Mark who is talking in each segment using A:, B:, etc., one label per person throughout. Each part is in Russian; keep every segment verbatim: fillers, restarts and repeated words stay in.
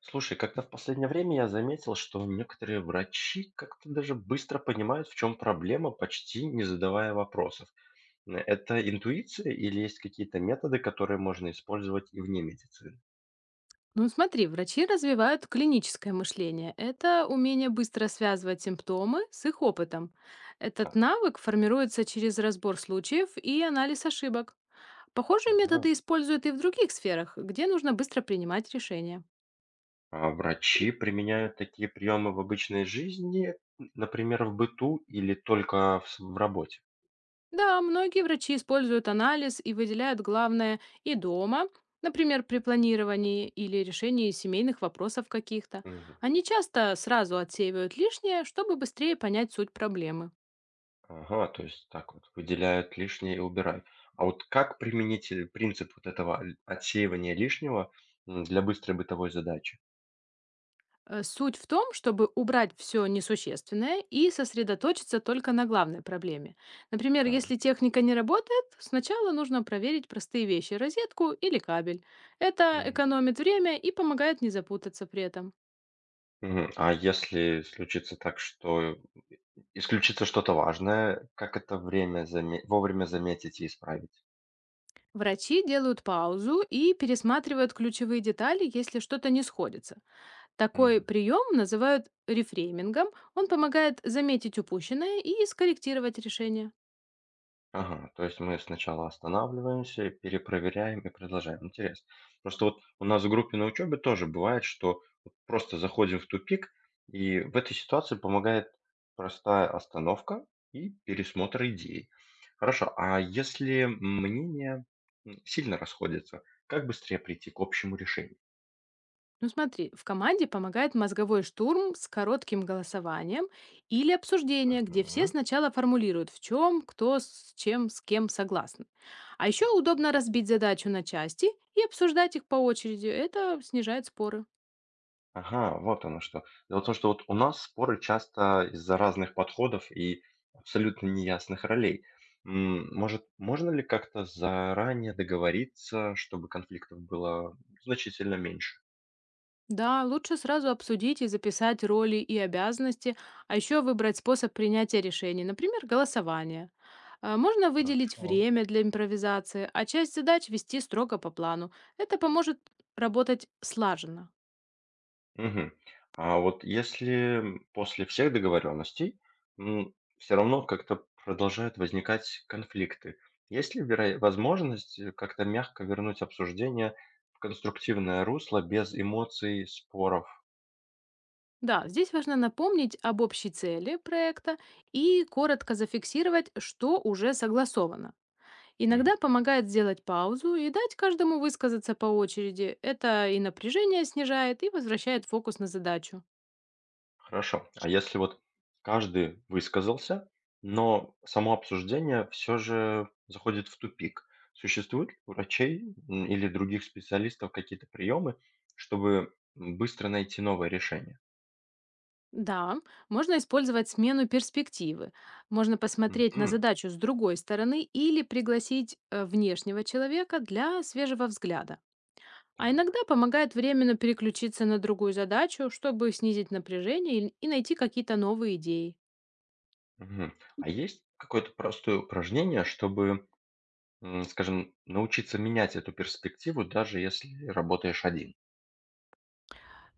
A: Слушай, как-то в последнее время я заметил, что некоторые врачи как-то даже быстро понимают, в чем проблема, почти не задавая вопросов. Н- Это интуиция или есть какие-то методы, которые можно использовать и вне медицины?
B: Ну смотри, врачи развивают клиническое мышление. Это умение быстро связывать симптомы с их опытом. Этот
A: Так,
B: навык формируется через разбор случаев и анализ ошибок. Похожие
A: ага.
B: методы используют и в других сферах, где нужно быстро принимать решения.
A: А врачи применяют такие приемы в обычной жизни, н- например, в быту или только в, с- в работе?
B: Да, многие врачи используют анализ и выделяют главное и дома, например, при планировании или решении семейных вопросов каких-то. Они часто сразу отсеивают лишнее, чтобы быстрее понять суть проблемы.
A: Ага, то есть так вот выделяют лишнее и убирают. А вот как применить э, принцип вот этого л- отсеивания лишнего м, для быстрой бытовой задачи?
B: Э, Суть в том, чтобы убрать все несущественное и сосредоточиться только на главной проблеме. Например,
A: Так.
B: если техника не работает, сначала нужно проверить простые вещи – розетку или кабель. Это
A: Мгм.
B: экономит время и помогает не запутаться при этом.
A: Мгм. А если случится так, что исключится что-то важное, как это время заме- вовремя заметить и исправить?
B: Врачи делают паузу и пересматривают ключевые детали, если что-то не сходится. Такой
A: Мгм.
B: прием называют рефреймингом. Он помогает заметить упущенное и скорректировать решение.
A: Ага, то есть мы сначала останавливаемся, перепроверяем и продолжаем. Интересно. Просто вот у нас в группе на учебе тоже бывает, что вот просто заходим в тупик, и в этой ситуации помогает простая остановка и пересмотр идей. Хорошо, а если мнения м, сильно расходятся, как быстрее прийти к общему решению?
B: Ну смотри, в команде помогает мозговой штурм с коротким голосованием или обсуждение, где все
A: Мгм.
B: сначала формулируют, в чем, кто, с чем, с кем согласны. А еще
A: Так.
B: удобно разбить задачу на части и обсуждать их по очереди. Это снижает споры.
A: Ага, вот оно что. Дело в том, что вот у нас споры часто из-за разных подходов и абсолютно неясных ролей. М, Может, можно ли как-то заранее договориться, чтобы конфликтов было значительно меньше?
B: Да, лучше сразу обсудить и записать роли и обязанности, а еще выбрать способ принятия решений, например, голосование. А, Можно выделить
A: Хорошо.
B: время для импровизации, а часть задач вести строго по плану. Это поможет работать слаженно.
A: Мгм. А вот если после всех договоренностей все равно как-то продолжают возникать конфликты, есть ли веро- возможность э, как-то мягко вернуть обсуждение в конструктивное русло без эмоций, споров?
B: Да, здесь важно напомнить об общей цели проекта и коротко зафиксировать, что уже согласовано.
A: Мгм.
B: Иногда помогает сделать паузу и дать каждому высказаться по очереди. Это и напряжение снижает, и возвращает фокус на задачу.
A: Хорошо. А если вот каждый высказался, но само обсуждение все же заходит в тупик, существуют ли у врачей м, или других специалистов какие-то приемы, чтобы быстро найти новое решение?
B: Да, можно использовать смену перспективы. Можно посмотреть на
A: Мгм.
B: задачу с другой стороны или пригласить э, внешнего человека для свежего взгляда. А
A: Так.
B: иногда помогает временно переключиться на другую задачу, чтобы снизить напряжение и и найти какие-то новые идеи.
A: Мгм. А есть какое-то простое упражнение, чтобы, м, скажем, научиться менять эту перспективу, даже если работаешь один?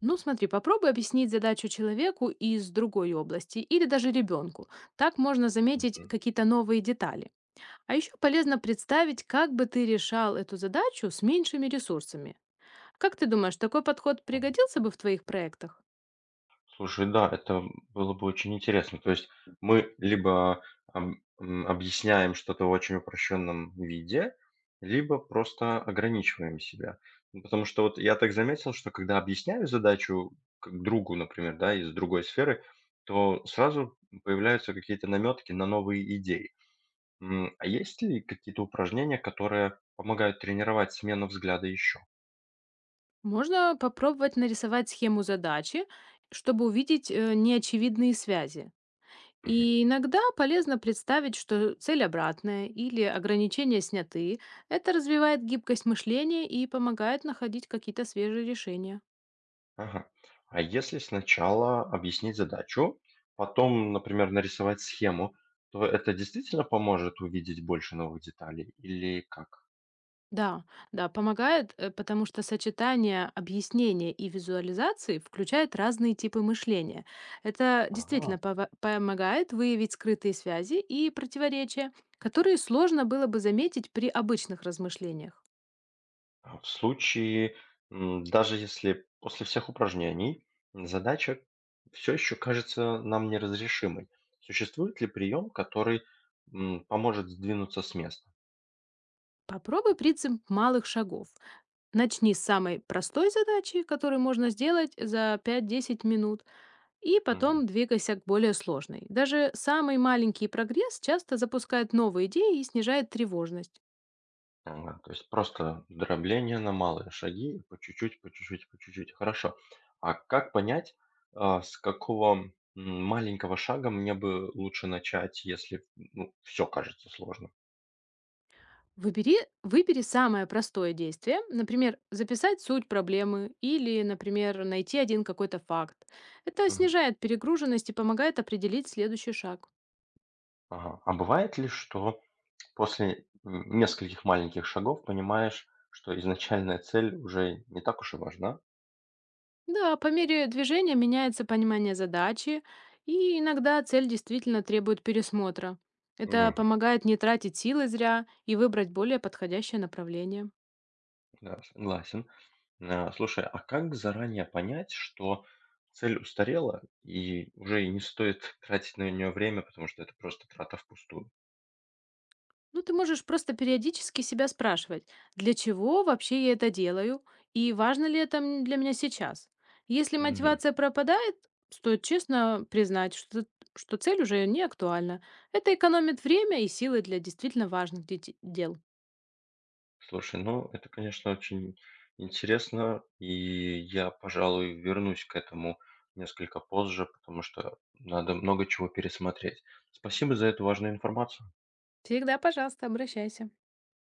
B: Ну смотри, попробуй объяснить задачу человеку из другой области или даже ребенку. Так можно заметить
A: Мгм.
B: какие-то новые детали. А еще полезно представить, как бы ты решал эту задачу с меньшими ресурсами. Как ты думаешь, такой подход пригодился бы в твоих проектах?
A: Слушай, да, это было бы очень интересно. То есть мы либо ам, м, объясняем что-то в очень упрощенном виде, либо просто ограничиваем себя. Ну, Потому что вот я так заметил, что когда объясняю задачу к- другу, например, да, из другой сферы, то сразу появляются какие-то наметки на новые идеи. М, А есть ли какие-то упражнения, которые помогают тренировать смену взгляда еще?
B: Можно попробовать нарисовать схему задачи, чтобы увидеть э, неочевидные связи. И иногда полезно представить, что цель обратная или ограничения сняты. Это развивает гибкость мышления и помогает находить какие-то свежие решения.
A: Ага. А если сначала объяснить задачу, потом, например, нарисовать схему, то это действительно поможет увидеть больше новых деталей или как?
B: Да, да, помогает, э, потому что сочетание объяснения и визуализации включает разные типы мышления. Это действительно
A: Ага.
B: пова- помогает выявить скрытые связи и противоречия, которые сложно было бы заметить при обычных размышлениях.
A: А в случае, м, даже если после всех упражнений м, задача все еще кажется нам неразрешимой, существует ли прием, который м, поможет сдвинуться с места?
B: Попробуй принцип малых шагов. Начни с самой простой задачи, которую можно сделать за пять-десять минут, и потом двигайся к более сложной. Даже самый маленький прогресс часто запускает новые идеи и снижает тревожность.
A: Ага, то есть просто дробление на малые шаги, по чуть-чуть, по чуть-чуть, по чуть-чуть. Хорошо. А как понять, а, с какого м, маленького шага мне бы лучше начать, если ну, все кажется сложно?
B: Выбери, выбери самое простое действие, например, записать суть проблемы или, например, найти один какой-то факт. Это
A: Мгм.
B: снижает перегруженность и помогает определить следующий шаг.
A: Ага. А бывает ли, что после м, нескольких маленьких шагов понимаешь, что изначальная цель уже не так уж и важна?
B: Да, по мере движения меняется понимание задачи, и иногда цель действительно требует пересмотра. Это помогает не тратить силы зря и выбрать более подходящее направление.
A: Да, согласен. А, слушай, а как заранее понять, что цель устарела и уже и не стоит тратить на нее время, потому что это просто трата впустую?
B: Ну, ты можешь просто периодически себя спрашивать, для чего вообще я это делаю и важно ли это м- для меня сейчас. Если
A: Мгм.
B: мотивация пропадает, стоит честно признать, что, что цель уже не актуальна. Это экономит время и силы для действительно важных де- дел.
A: Слушай, ну это, конечно, очень интересно, и я, пожалуй, вернусь к этому несколько позже, потому что надо много чего пересмотреть. Спасибо за эту важную информацию.
B: Всегда, пожалуйста, обращайся.